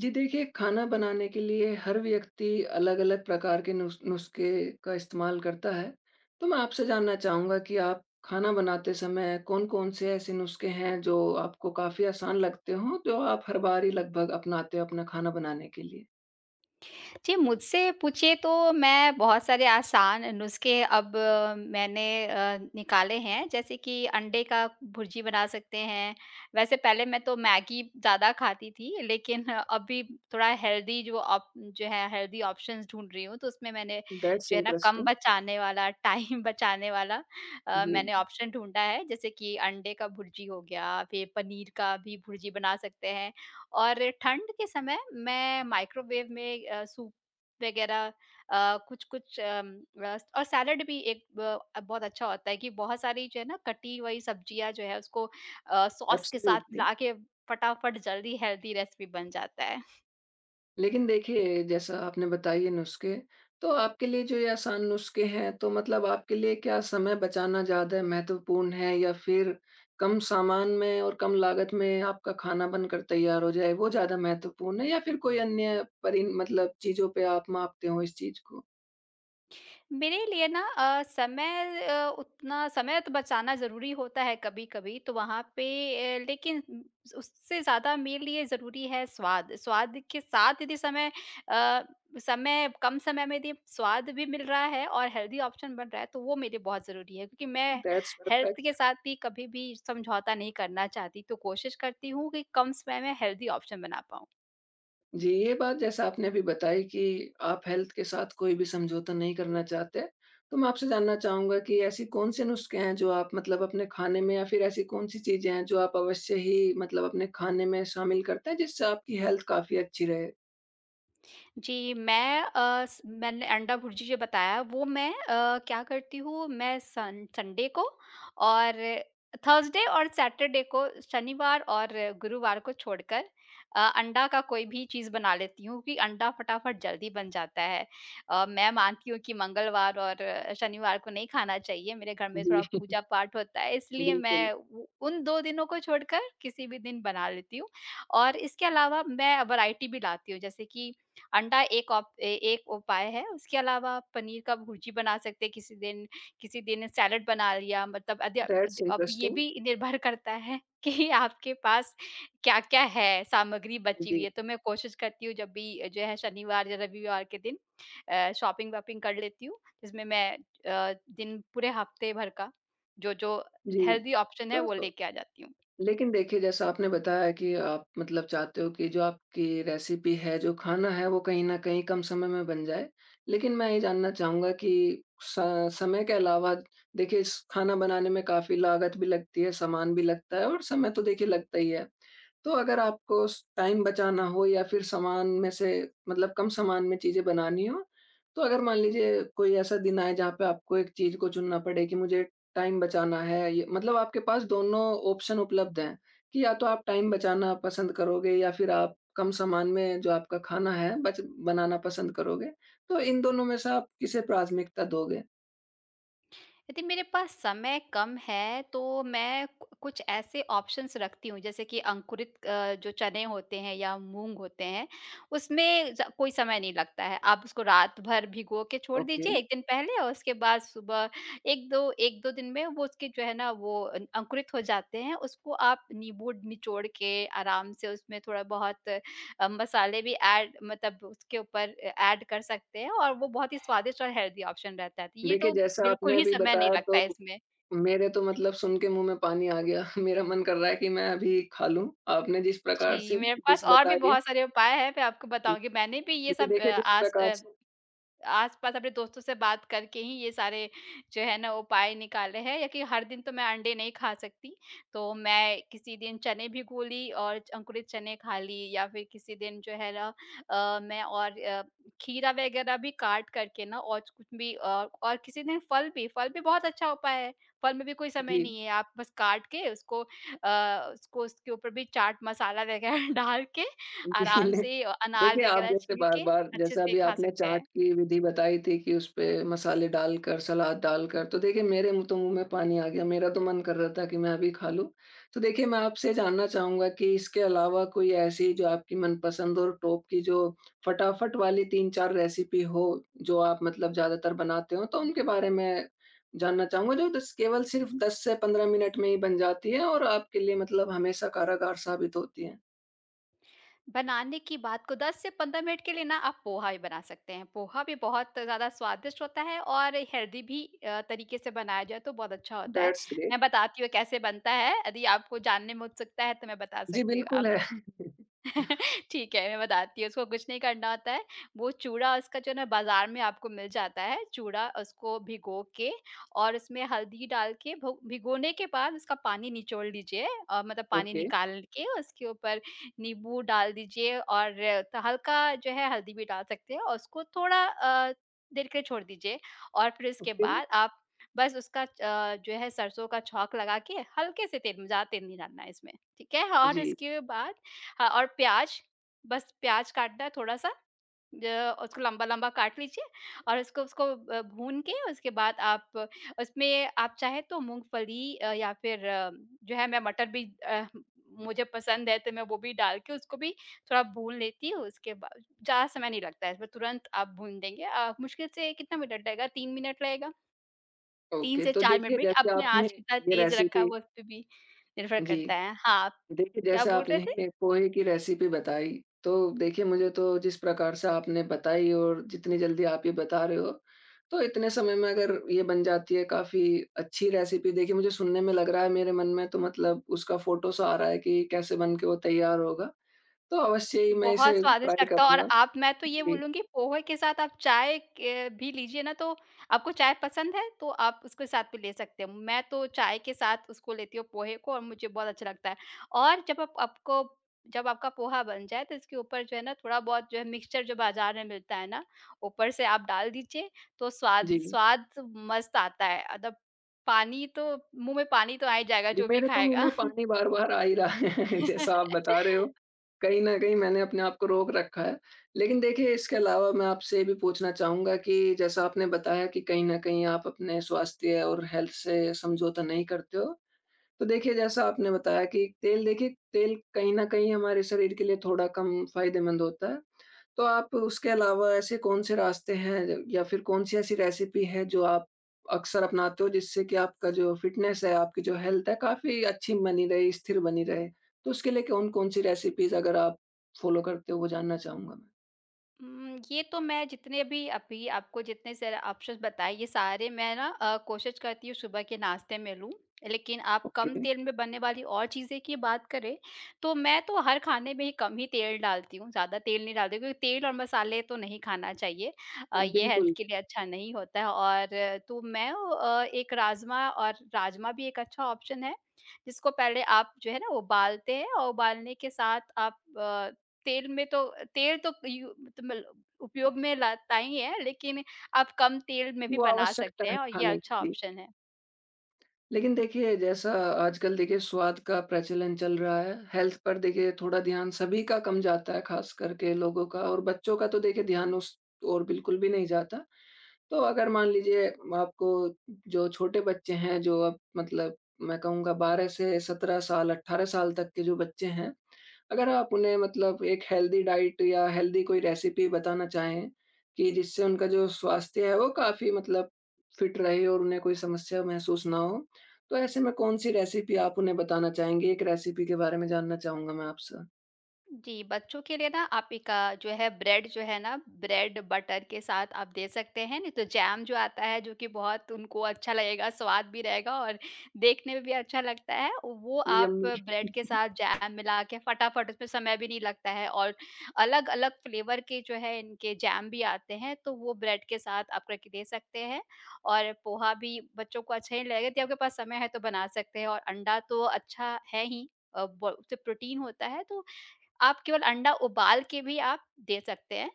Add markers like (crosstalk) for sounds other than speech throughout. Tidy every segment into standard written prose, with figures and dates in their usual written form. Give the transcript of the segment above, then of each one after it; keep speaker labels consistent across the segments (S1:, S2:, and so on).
S1: जी, देखिए, खाना बनाने के लिए हर व्यक्ति अलग-अलग प्रकार के नुस्खे का इस्तेमाल करता है। तो मैं आपसे जानना चाहूँगा कि आप खाना बनाते समय कौन-कौन से ऐसे नुस्खे हैं जो आपको काफ़ी आसान लगते हों, जो आप हर बार ही लगभग अपनाते हो अपना खाना बनाने के लिए?
S2: जी, मुझसे पूछिए तो मैं बहुत सारे आसान नुस्खे अब मैंने निकाले हैं, जैसे कि अंडे का भुर्जी बना सकते हैं। वैसे पहले मैं तो मैगी ज़्यादा खाती थी, लेकिन अभी थोड़ा हेल्दी जो है हेल्दी ऑप्शंस ढूँढ रही हूँ, तो उसमें मैंने
S1: दैट्स
S2: जो है ना कम
S1: इंटरेस्टिंग।
S2: बचाने वाला, टाइम (laughs) बचाने वाला
S1: जी,
S2: मैंने ऑप्शन ढूँढा है, जैसे कि अंडे का भुर्जी हो गया, फिर पनीर का भी भुर्जी बना सकते हैं। और ठंड के समय मैं माइक्रोवेव में सूप वगैरह अ, कुछ-कुछ और सैलेड भी एक ब बहुत अच्छा होता है कि बहुत सारी जो है ना कटी हुई सब्जियाँ जो है उसको सॉस के साथ
S1: एब्सोल्युटली।
S2: मिला के फटाफट जल्दी हेल्दी रेसिपी बन जाता है।
S1: लेकिन देखिए, जैसा आपने बताए ये नुस्खे, तो आपके लिए जो ये आसान नुस्खे हैं, तो मतलब आपके लिए क्या समय बचाना ज़्यादा महत्वपूर्ण है, या फिर कम सामान में और कम लागत में आपका खाना बनकर तैयार हो जाए, वो ज़्यादा महत्वपूर्ण है, या फिर कोई अन्य परि मतलब चीज़ों पे आप मापते हो इस चीज़ को?
S2: मेरे लिए ना उतना समय तो बचाना ज़रूरी होता है कभी-कभी तो वहाँ पे लेकिन उससे ज़्यादा मेरे लिए ज़रूरी है स्वाद। स्वाद के साथ यदि अ, समय कम समय में यदि स्वाद भी मिल रहा है और हेल्दी ऑप्शन बन रहा है तो वो मेरे लिए बहुत ज़रूरी है क्योंकि मैं
S1: दैट्स
S2: हेल्थ के
S1: परफेक्ट।
S2: साथ भी कभी भी समझौता नहीं करना चाहती। तो कोशिश करती हूँ कि कम समय में हेल्दी ऑप्शन बना पाऊँ।
S1: जी, ये बात जैसा आपने अभी बताई कि आप हेल्थ के साथ कोई भी समझौता नहीं करना चाहते। तो मैं आपसे जानना चाहूँगा कि ऐसी कौन-से नुस्खे हैं जो आप मतलब अपने खाने में, या फिर ऐसी कौन-सी चीज़ें हैं जो आप अवश्य ही मतलब अपने खाने में शामिल करते हैं, जिससे आपकी हेल्थ काफ़ी अच्छी रहे?
S2: जी, मैं अ, स मैंने अंडा भुर्जी जो बताया वो मैं क्या करती हूँ मैं सन संडे को और थर्सडे और सैटरडे को शनिवार और गुरुवार को छोड़कर अंडा का कोई भी चीज़ बना लेती हूँ कि अंडा फटाफट जल्दी बन जाता है। मैं मानती हूँ कि मंगलवार और शनिवार को नहीं खाना चाहिए, मेरे घर में थोड़ा
S1: जी,
S2: पूजा-पाठ होता है
S1: (laughs)
S2: इसलिए
S1: बिल्कुल।
S2: मैं उ उन 2 दिनों को छोड़कर किसी भी दिन बना लेती हूँ। और इसके अलावा मैं वैरायटी भी लाती हूँ जैसे कि अंडा एक ऑप ए एक उपाय है, उसके अलावा आप पनीर का भुर्जी बना सकते हैं किसी दिन सैलेड बना लिया मतलब अद्य अद
S1: दैट्स
S2: अब ये
S1: इंटरेस्टिंग।
S2: भी निर्भर करता है कि (laughs) आपके पास क्या-क्या है सामग्री बची हुई
S1: जी,
S2: है। तो मैं कोशिश करती हूँ जब भी जो है शनिवार या रविवार के दिन शॉपिंग-वॉपिंग कर लेती हूँ, जिसमें मैं दिन पूरे हफ्ते भर का जो-जो
S1: जी।
S2: हेल्दी ऑप्शन है वो
S1: तो
S2: लेके आ जाती हूँ।
S1: लेकिन देखिए, जैसा आपने बताया कि आप मतलब चाहते हो कि जो आपकी रेसिपी है, जो खाना है, वो कहीं न कहीं कम समय में बन जाए। लेकिन मैं ये जानना चाहूँगा कि स समय के अलावा, देखिए स खाना बनाने में काफ़ी लागत भी लगती है, सामान भी लगता है, और समय तो देखिए लगता ही है। तो अगर आपको स टाइम बचाना हो, या फिर सामान में से मतलब कम सामान में चीज़ें बनानी हो, तो अगर मान लीजिए कोई ऐसा दिन आए जहाँ पे आपको एक चीज़ को चुनना पड़े कि मुझे टाइम बचाना है, ये मतलब आपके पास दोनों ऑप्शन उपलब्ध हैं कि या तो आप टाइम बचाना पसंद करोगे, या फिर आप कम सामान में जो आपका खाना है बच बनाना पसंद करोगे। तो इन दोनों में से आप किसे प्राथमिकता दोगे?
S2: यदि मेरे पास समय कम है तो मैं कु कुछ ऐसे ऑप्शंस रखती हूँ जैसे कि अंकुरित जो चने होते हैं या मूँग होते हैं, उसमें ज कोई समय नहीं लगता है। आप उसको रात भर भिगो के छोड़
S1: ओके।
S2: दीजिए 1 दिन पहले और उसके बाद सुबह 1-2 दिन में वो उसके जो है ना वो अंकुरित हो जाते हैं। उसको आप निबूड निचोड़ के आराम से उसमें थोड़ा-बहुत मसाले भी ऐड मतलब उसके ऊपर ऐड कर सकते हैं और वो बहुत ही स्वादिष्ट और हेल्दी ऑप्शन रहता है। तो ये
S1: देखिए,
S2: तो
S1: जैसा
S2: बिल्कुल
S1: आपने
S2: ही
S1: अभी
S2: समय नहीं
S1: बताया,
S2: लगता है
S1: तो
S2: इसमें।
S1: मेरे तो मतलब सुन के मुँह में पानी आ गया। (laughs) मेरा मन कर रहा है कि मैं अभी खा लूँ। आपने जिस प्रकार
S2: जी,
S1: से
S2: मेरे पास
S1: डिश
S2: और भी
S1: बताई है।
S2: बहुत सारे उपाय हैं, मैं आपको
S1: जी,
S2: बताऊँगी। मैंने भी ये
S1: क्योंकि
S2: सब
S1: देखिए जिस
S2: आज
S1: प्रकार से।
S2: आस-पास अपने दोस्तों से बात करके ही ये सारे जो है ना उपाय निकाले हैं। या कि हर दिन तो मैं अंडे नहीं खा सकती, तो मैं किसी दिन चने भिगो ली और अंकुरित चने खा ली या फिर किसी दिन जो है ना अ, मैं और अ, खीरा वगैरह भी काट करके ना और कुछ भी और किसी दिन फल भी बहुत अच्छा उपाय है, फल में भी कोई समय
S1: जी,
S2: नहीं है, आप बस काट के उसको उसको उसके ऊपर भी चाट मसाला वगैरह (laughs) डाल के
S1: (laughs) जी
S2: आराम
S1: ले
S2: से अनार
S1: देखिए, आप
S2: वगैरह
S1: जैसे
S2: छील के
S1: बार-बार,
S2: अच्छे
S1: जैसे
S2: से
S1: अभी
S2: खा
S1: आपने
S2: सकते
S1: चाट
S2: हैं।
S1: की विधि बताई थी कि उसपे मसाले डालकर, सलाद डालकर, तो देखिए मेरे मुँह, तो मुँह में पानी आ गया। मेरा तो मन कर रहा था कि मैं अभी खा लूँ। तो देखिए, मैं आपसे जानना चाहूँगा कि इसके अलावा कोई ऐसी जो आपकी मनपसंद और टॉप की जो फटाफट वाली 3-4 रेसिपी हो, जो आप मतलब ज़्यादातर बनाते हो, तो उनके बारे में जानना चाहूँगा, जो दस केवल सिर्फ़ 10 से 15 मिनट में ही बन जाती है और आपके लिए मतलब हमेशा कारागार साबित होती है।
S2: बनाने की बात को 10 से 15 मिनट के लिए ना आप पोहा भी बना सकते हैं। पोहा भी बहुत ज़्यादा स्वादिष्ट होता है और हेल्दी भी तरीके से बनाया जाए तो बहुत अच्छा होता है।
S1: That's great.
S2: मैं बताती हूँ कैसे बनता है, यदि आपको जानने में उत्सुकता है तो मैं बता
S1: जी,
S2: सकती हूँ।
S1: बिल्कुल
S2: आप
S1: है।
S2: बत
S1: (laughs)
S2: (laughs) ठीक है, मैं बताती हूँ उसको कुछ नहीं करना होता है, वो चूड़ा उसका जो है ना बाज़ार में आपको मिल जाता है, चूड़ा उसको भिगो के और उसमें हल्दी डाल के भो भिगोने के बाद उसका पानी निचोड़ लीजिए, मतलब पानी
S1: ओके,
S2: निकाल के उसके ऊपर नींबू डाल दीजिए और त हल्का जो है हल्दी भी डाल सकते हैं और उसको थोड़ा देर के लिए छोड़ दीजिए। और फिर
S1: और
S2: उसके
S1: फिर?
S2: बाद आप बस उसका जो है सरसों का छौंक लगा के हल्के से तेल में, ज़्यादा तेल नहीं डालना है इसमें, ठीक है? और
S1: जी,
S2: उसके बाद हाँ, और प्याज़, बस प्याज़ काटना है थोड़ा-सा, ज उसको लंबा-लंबा काट लीजिए और उसको उसको भून के उसके बाद आप उसमें आप चाहे तो मूँगफली या फिर जो है मैं मटर भी मुझे पसंद है तो मैं वो भी डाल के उसको भी थोड़ा भून लेती हूँ। उसके बाद ज़्यादा समय नहीं लगता है इसमें, तुरंत आप भून देंगे। मुश्किल से कितना मिनट लगेगा, 3 मिनट लगेगा, 3
S1: ओके।
S2: से
S1: तो
S2: 4 मिनट
S1: देखिए
S2: में।
S1: जैसे
S2: आपने
S1: आपने
S2: आँच कितना
S1: ये
S2: तेज़ रखा
S1: रेसिपी
S2: है वो उस पे भी निर्भर करता
S1: जी,
S2: है। हाँ, आप
S1: देखिए
S2: क्या
S1: जैसे
S2: बोल रहे
S1: आपने
S2: थे?
S1: ये पोहे की रेसिपी बताई, तो देखिए मुझे तो जिस प्रकार से आपने बताई और जितनी जल्दी आप ये बता रहे हो, तो इतने समय में अगर ये बन जाती है काफ़ी अच्छी रेसिपी, देखिए मुझे सुनने में लग रहा है, मेरे मन में तो मतलब उसका फ़ोटो सा आ रहा है कि कैसे बन के वो तैयार होगा, तो अवश्य ही
S2: ये
S1: मैं
S2: बहुत
S1: इसे
S2: स्वादिष्ट
S1: ट्राई
S2: लगता है और
S1: करूँगा।
S2: आप, मैं तो ये
S1: जी,
S2: बोलूँगी पोहे के साथ आप चाय के भी लीजिए ना, तो आपको चाय पसंद है तो आप उसके साथ भी ले सकते हो। मैं तो चाय के साथ उसको लेती हूँ पोहे को, और मुझे बहुत अच्छा लगता है। और जब आप आपको जब आपका पोहा बन जाए तो इसके ऊपर जो है ना थोड़ा-बहुत जो है मिक्सचर जो बाज़ार में मिलता है ना, ऊपर से आप डाल दीजिए तो स्वाद
S1: जी।
S2: स्वाद मस्त आता है। अदब पानी तो मुँह में पानी तो आ ही जाएगा
S1: जी,
S2: जो भी
S1: मेरे तो मुँह
S2: खाएगा।
S1: में पानी बार-बार आ ही रहा है (laughs) जैसा आप बता रहे हो।
S2: (laughs)
S1: कहीं न कहीं मैंने अपने आप को रोक रखा है। लेकिन देखिए, इसके अलावा मैं आपसे ये भी पूछना चाहूँगा कि जैसा आपने बताया कि कहीं न कहीं आप अपने स्वास्थ्य और हेल्थ से समझौता नहीं करते हो। तो देखिए, जैसा आपने बताया कि तेल, देखिए तेल कहीं न कहीं हमारे शरीर के लिए थोड़ा कम फ़ायदेमंद होता है। तो आप उसके अलावा ऐसे कौन-से रास्ते हैं, या फिर कौन-सी ऐसी रेसिपी है जो आप अक्सर अपनाते हो जिससे कि आपका जो फ़िटनेस है, आपकी जो हेल्थ है काफ़ी अच्छी बनी रहे, स्थिर बनी रहे? तो उसके लिए कौन-कौन सी रेसिपीज़ अगर आप फ़ॉलो करते हो, वो जानना चाहूँगा मैं?
S2: ये तो मैं जितने भी अभी आपको जितने सारे ऑप्शंस बताए, ये सारे मैं ना कोशिश करती हूँ सुबह के नाश्ते में लूँ। लेकिन आप कम
S1: ओके।
S2: तेल में बनने वाली और चीज़ें की बात करें, तो मैं तो हर खाने में ही कम ही तेल डालती हूँ, ज़्यादा तेल नहीं डालती क्योंकि तेल और मसाले तो नहीं खाना चाहिए। ये हेल्थ
S1: बिल्कुल,
S2: के लिए अच्छा नहीं होता है। और तो मैं एक राजमा, और राजमा भी एक अच्छा ऑप्शन है, जिसको पहले आप जो है ना उबालते हैं और उबालने के साथ आप तेल में तो, तेल तो यू मतलब उपयोग में लाता ही है, लेकिन आप कम तेल में भी
S1: वो
S2: बना
S1: आवश्यकता
S2: सकते
S1: है
S2: हैं और ये
S1: खाने
S2: अच्छा
S1: की।
S2: ऑप्शन है।
S1: लेकिन देखिए, जैसा आजकल देखिए स्वाद का प्रचलन चल रहा है, हेल्थ पर देखिए थोड़ा ध्यान सभी का कम जाता है, ख़ास करके लोगों का, और बच्चों का तो देखिए ध्यान उस ओर बिल्कुल भी नहीं जाता। तो अगर मान लीजिए आपको जो छोटे बच्चे हैं, जो अब मतलब मैं कहूँगा 12 से 17 साल, 18 साल तक के जो बच्चे हैं, अगर आप उन्हें मतलब एक हेल्दी डाइट या हेल्दी कोई रेसिपी बताना चाहें कि जिससे उनका जो स्वास्थ्य है वो काफ़ी मतलब फिट रहे और उन्हें कोई समस्या महसूस ना हो, तो ऐसे में कौन-सी रेसिपी आप उन्हें बताना चाहेंगे? एक रेसिपी के बारे में जानना चाहूँगा मैं आपसे?
S2: जी, बच्चों के लिए ना आप एक जो है ब्रेड जो है ना ब्रेड बटर के साथ आप दे सकते हैं, नहीं तो जैम जो आता है जो कि बहुत उनको अच्छा लगेगा, स्वाद भी रहेगा और देखने में भी अच्छा लगता है। वो आप
S1: यम्मी।
S2: ब्रेड के साथ जैम मिला के फटाफट, उसमें समय भी नहीं लगता है, और अलग-अलग फ्लेवर के जो है इनके जैम भी आते हैं, तो वो ब्रेड के साथ आप करके दे सकते हैं। और पोहा भी बच्चों को अच्छा ही लगेगा, यदि आपके पास समय है तो बना सकते हैं, और अंडा तो अच्छा है ही अ, ब उससे प्रोटीन होता है तो आप केवल अंडा उबाल के भी आप दे सकते हैं।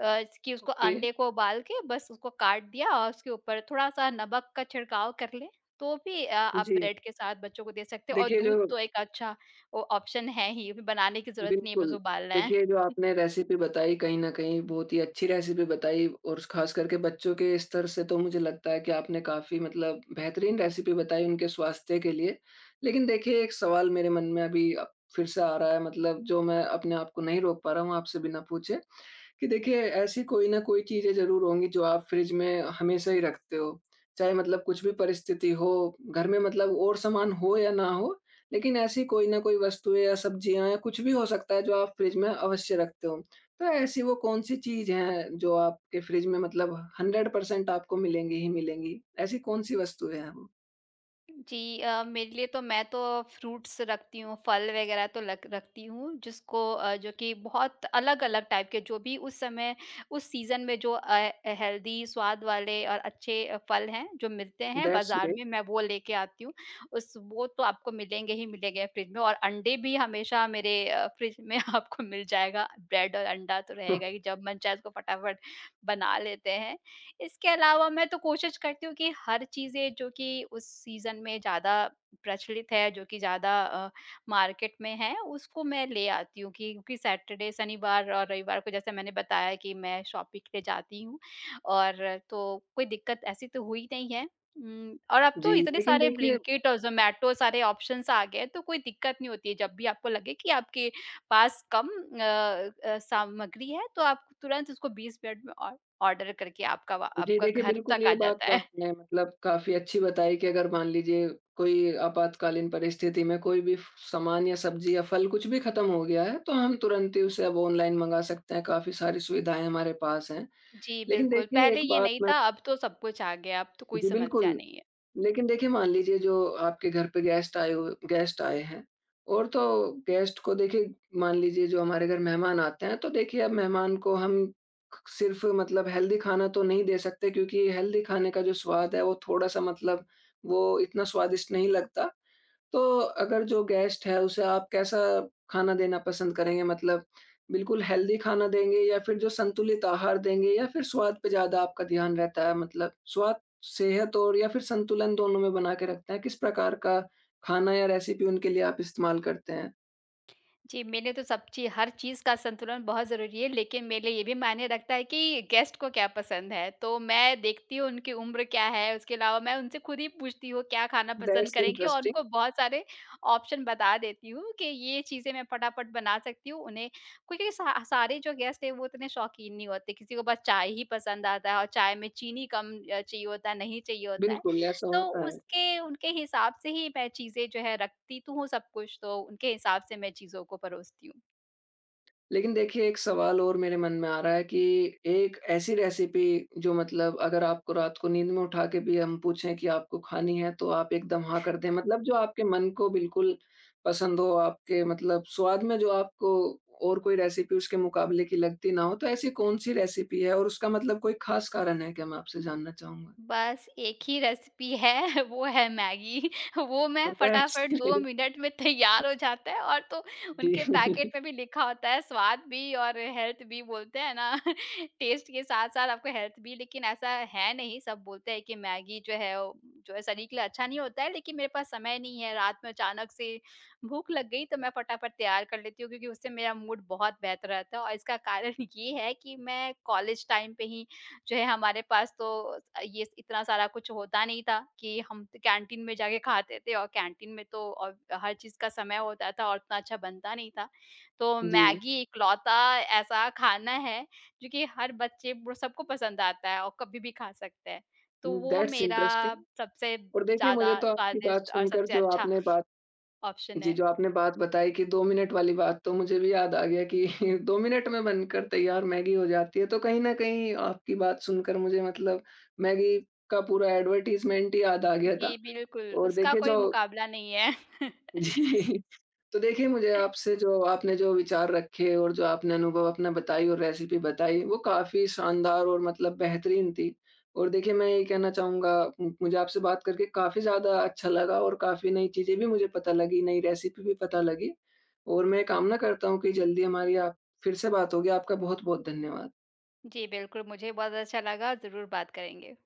S2: कि उसको
S1: ओके,
S2: अंडे को उबाल के बस उसको काट दिया और उसके ऊपर थोड़ा-सा नमक का छिड़काव कर लें, तो भी आप
S1: जी।
S2: ब्रेड के साथ बच्चों को दे सकते हैं। और
S1: देखिए जो
S2: दूध तो एक अच्छा वो ऑप्शन है ही, बनाने की ज़रूरत नहीं है, बस
S1: बिल्कुल।
S2: उबालना है।
S1: देखिए, जो आपने रेसिपी बताई कहीं न कहीं बहुत ही अच्छी रेसिपी बताई, और ख़ास करके बच्चों के स्तर से तो मुझे लगता है कि आपने काफ़ी मतलब बेहतरीन रेसिपी बताई उनके स्वास्थ्य के लिए। लेकिन देखिए, एक सवाल मेरे मन में अभी फिर से आ रहा है, मतलब जो मैं अपने आप को नहीं रोक पा रहा हूँ आपसे बिना पूछे, कि देखिए ऐसी कोई न कोई चीज़ें ज़रूर होंगी जो आप फ्रिज में हमेशा ही रखते हो। चाहे मतलब कुछ भी परिस्थिति हो, घर में मतलब और सामान हो या ना हो, लेकिन ऐसी कोई ना कोई वस्तुएँ या सब्जियाँ या कुछ भी हो सकता है जो आप फ्रिज में अवश्य रखते हो। तो ऐसी वो कौन-सी चीज़ है जो आपके फ्रिज में मतलब 100% आपको मिलेंगी ही मिलेंगी? ऐसी कौन-सी वस्तुएँ हैं वो?
S2: जी, मेरे लिए तो मैं तो फ्रूट्स रखती हूँ, फल वगैरह तो लक रखती हूँ, जिसको जो कि बहुत अलग-अलग टाइप के, जो भी उस समय, उस सीज़न में जो हेल्दी, स्वाद वाले और अच्छे फल हैं, जो मिलते हैं
S1: दैट्स
S2: बाज़ार
S1: ग्रेट।
S2: में, मैं वो लेके आती हूँ। उस वो तो आपको मिलेंगे ही मिलेंगे फ्रिज में, और अंडे भी हमेशा मेरे फ्रिज में (laughs) आपको मिल जाएगा, ब्रेड और अंडा तो रहेगा ही,
S1: (laughs)
S2: जब मन चाहे उसको फटाफट बना लेते हैं। इसके अलावा मैं तो कोशिश करती हूँ कि हर चीज़ें जो कि उस सीज़न में ज़्यादा प्रचलित है, जो कि ज़्यादा मार्केट में है, उसको मैं ले आती हूँ, कि क्योंकि सैटरडे, शनिवार और रविवार को जैसे मैंने बताया कि मैं शॉपिंग के लिए जाती हूँ, और तो कोई दिक्कत ऐसी तो हुई नहीं है। और अब तो
S1: जी,
S2: इतने
S1: लेकिन
S2: सारे
S1: देखिए।
S2: ब्लिंकिट और ज़ोमैटो सारे ऑप्शंस आ गए हैं, तो कोई दिक्कत नहीं होती है। जब भी आपको लगे कि आपके पास कम सामग्री है, तो आप तुरंत उसको 20 मिनट में ऑ ऑर्डर करके आपका वा
S1: जी,
S2: आपका
S1: देखिए
S2: घर
S1: बिल्कुल,
S2: तक
S1: ये
S2: आ
S1: बात
S2: जाता
S1: तो
S2: है।
S1: आपने मतलब काफ़ी अच्छी बताई कि अगर मान लीजिए कोई आपातकालीन परिस्थिति में कोई भी फ सामान या सब्ज़ी या फल कुछ भी ख़त्म हो गया है, तो हम तुरंत ही उसे अब ऑनलाइन मँगा सकते हैं, काफ़ी सारी सुविधाएँ हमारे पास हैं।
S2: जी,
S1: लेकिन
S2: बिल्कुल,
S1: देखिए
S2: पहले
S1: एक
S2: ये
S1: बात
S2: नहीं
S1: मैं
S2: था, अब तो सब कुछ आ गया, अब तो कोई
S1: जी, बिल्कुल।
S2: समस्या नहीं है।
S1: लेकिन देखिए, मान लीजिए जो आपके घर पे गेस्ट आए हैं, और तो गेस्ट को देखिए, मान लीजिए जो हमारे घर मेहमान आते हैं, तो देखिए अब मेहमान को हम सिर्फ़ मतलब हेल्दी खाना तो नहीं दे सकते, क्योंकि हेल्दी खाने का जो स्वाद है वो थोड़ा-सा मतलब वो इतना स्वादिष्ट नहीं लगता, तो अगर जो गेस्ट है उसे आप कैसा खाना देना पसंद करेंगे? मतलब बिल्कुल हेल्दी खाना देंगे, या फिर जो संतुलित आहार देंगे, या फिर स्वाद पे ज़्यादा आपका ध्यान रहता है? मतलब स्वाद, सेहत, और या फिर संतुलन दोनों में बना के रखते हैं, किस प्रकार का खाना या रेसिपी उनके लिए आप इस्तेमाल करते हैं?
S2: जी, मेरे तो सब ची हर चीज़ का संतुलन बहुत ज़रूरी है, लेकिन मेरे लिए ये भी मायने रखता है कि गेस्ट को क्या पसंद है। तो मैं देखती हूँ उनकी उम्र क्या है, उसके अलावा मैं उनसे खुद ही पूछती हूँ क्या खाना पसंद
S1: दैट्स
S2: करेंगे, और
S1: इंटरेस्टिंग।
S2: उनको बहुत सारे ऑप्शन बता देती हूँ कि ये चीज़ें मैं फटाफट बना सकती हूँ उन्हें, क्योंकि सा सारे जो गेस्ट हैं वो इतने शौकीन नहीं होते, किसी को बस चाय ही पसंद आता है, और चाय में चीनी कम चाहिए होता है, नहीं चाहिए होता है।
S1: बिल्कुल, ऐसा
S2: तो
S1: होता है।
S2: उसके उनके हिसाब से ही मैं चीज़ें जो है रखती तो हूँ सब कुछ, तो उनके हिसाब से मैं चीज़ों को परोसती हूँ।
S1: लेकिन देखिए, एक सवाल और मेरे मन में आ रहा है कि एक ऐसी रेसिपी, जो मतलब अगर आपको रात को नींद में उठा के भी हम पूछें कि आपको खानी है, तो आप एकदम हाँ कर दें। मतलब जो आपके मन को बिल्कुल पसंद हो, आपके मतलब स्वाद में जो आपको और कोई रेसिपी उसके मुकाबले की लगती ना हो, तो ऐसी कौन-सी रेसिपी है, और उसका मतलब कोई ख़ास कारण है क्या? मैं आपसे जानना चाहूँगा।
S2: बस एक ही रेसिपी है, (laughs) वो है मैगी। (laughs) वो मैं
S1: दैट्स
S2: फटाफट
S1: (laughs)
S2: 2
S1: ग्रेट।
S2: मिनट में तैयार हो जाता है, और तो
S1: जी।
S2: उनके पैकेट
S1: (laughs)
S2: में भी लिखा होता है स्वाद भी और हेल्थ भी, बोलते हैं ना, (laughs) टेस्ट के साथ-साथ आपको हेल्थ भी। लेकिन ऐसा है नहीं, सब बोलते हैं कि मैगी जो है वो जो है शरीर के लिए अच्छा नहीं होता है, लेकिन मेरे पास समय नहीं है रात में, अचानक से भूख लग गई तो मैं फटाफट तैयार कर लेती हूँ, क्योंकि उससे मेरा मूड बहुत बेहतर रहता है। और इसका कारण (laughs) ये है कि मैं कॉलेज टाइम पे ही जो है हमारे पास तो ये इतना सारा कुछ होता नहीं था कि हम तो कैंटीन में जाके खाते थे, और कैंटीन में तो और हर चीज़ का समय होता था और उतना अच्छा बनता नहीं था। तो
S1: जी,
S2: मैगी इकलौता ऐसा खाना है जो कि हर बच्चे बु सबको पसंद आता है और कभी भी खा सकते हैं। तो वो
S1: दैट्स
S2: मेरा
S1: इंटरेस्टिंग।
S2: सबसे
S1: और देखिए, मुझे
S2: ज़्यादा
S1: तो आपकी बात
S2: स्वादिष्ट और
S1: सुनकर
S2: सबसे
S1: जो
S2: अच्छा
S1: आपने बात
S2: ऑप्शन
S1: जी,
S2: है।
S1: जो आपने बात बताई कि 2 मिनट वाली बात, तो मुझे भी याद आ गया कि (laughs) 2 मिनट में बनकर तैयार मैगी हो जाती है। तो कहीं न कहीं आपकी बात सुनकर मुझे मतलब मैगी का पूरा एडवर्टाइज़मेंट ही याद आ गया
S2: जी,
S1: था।
S2: बिल्कुल,
S1: और
S2: उसका
S1: देखिए
S2: कोई
S1: जो
S2: मुकाबला नहीं है।
S1: (laughs)
S2: (laughs)
S1: जी। तो देखिए मुझे आपसे जो आपने जो विचार रखे, और जो आपने अनुभव अपना बताई और रेसिपी बताई, वो काफ़ी शानदार और मतलब बेहतरीन थी। और देखिए मैं यही कहना चाहूँगा, मुझे आपसे बात करके काफ़ी ज़्यादा अच्छा लगा, और काफ़ी नई चीज़ें भी मुझे पता लगी, नई रेसिपी भी पता लगी। और मैं कामना करता हूँ कि जल्दी हमारी आप फिर से बात होगी। आपका बहुत-बहुत धन्यवाद।
S2: जी, बिल्कुल, मुझे बहुत अच्छा लगा, ज़रूर बात करेंगे।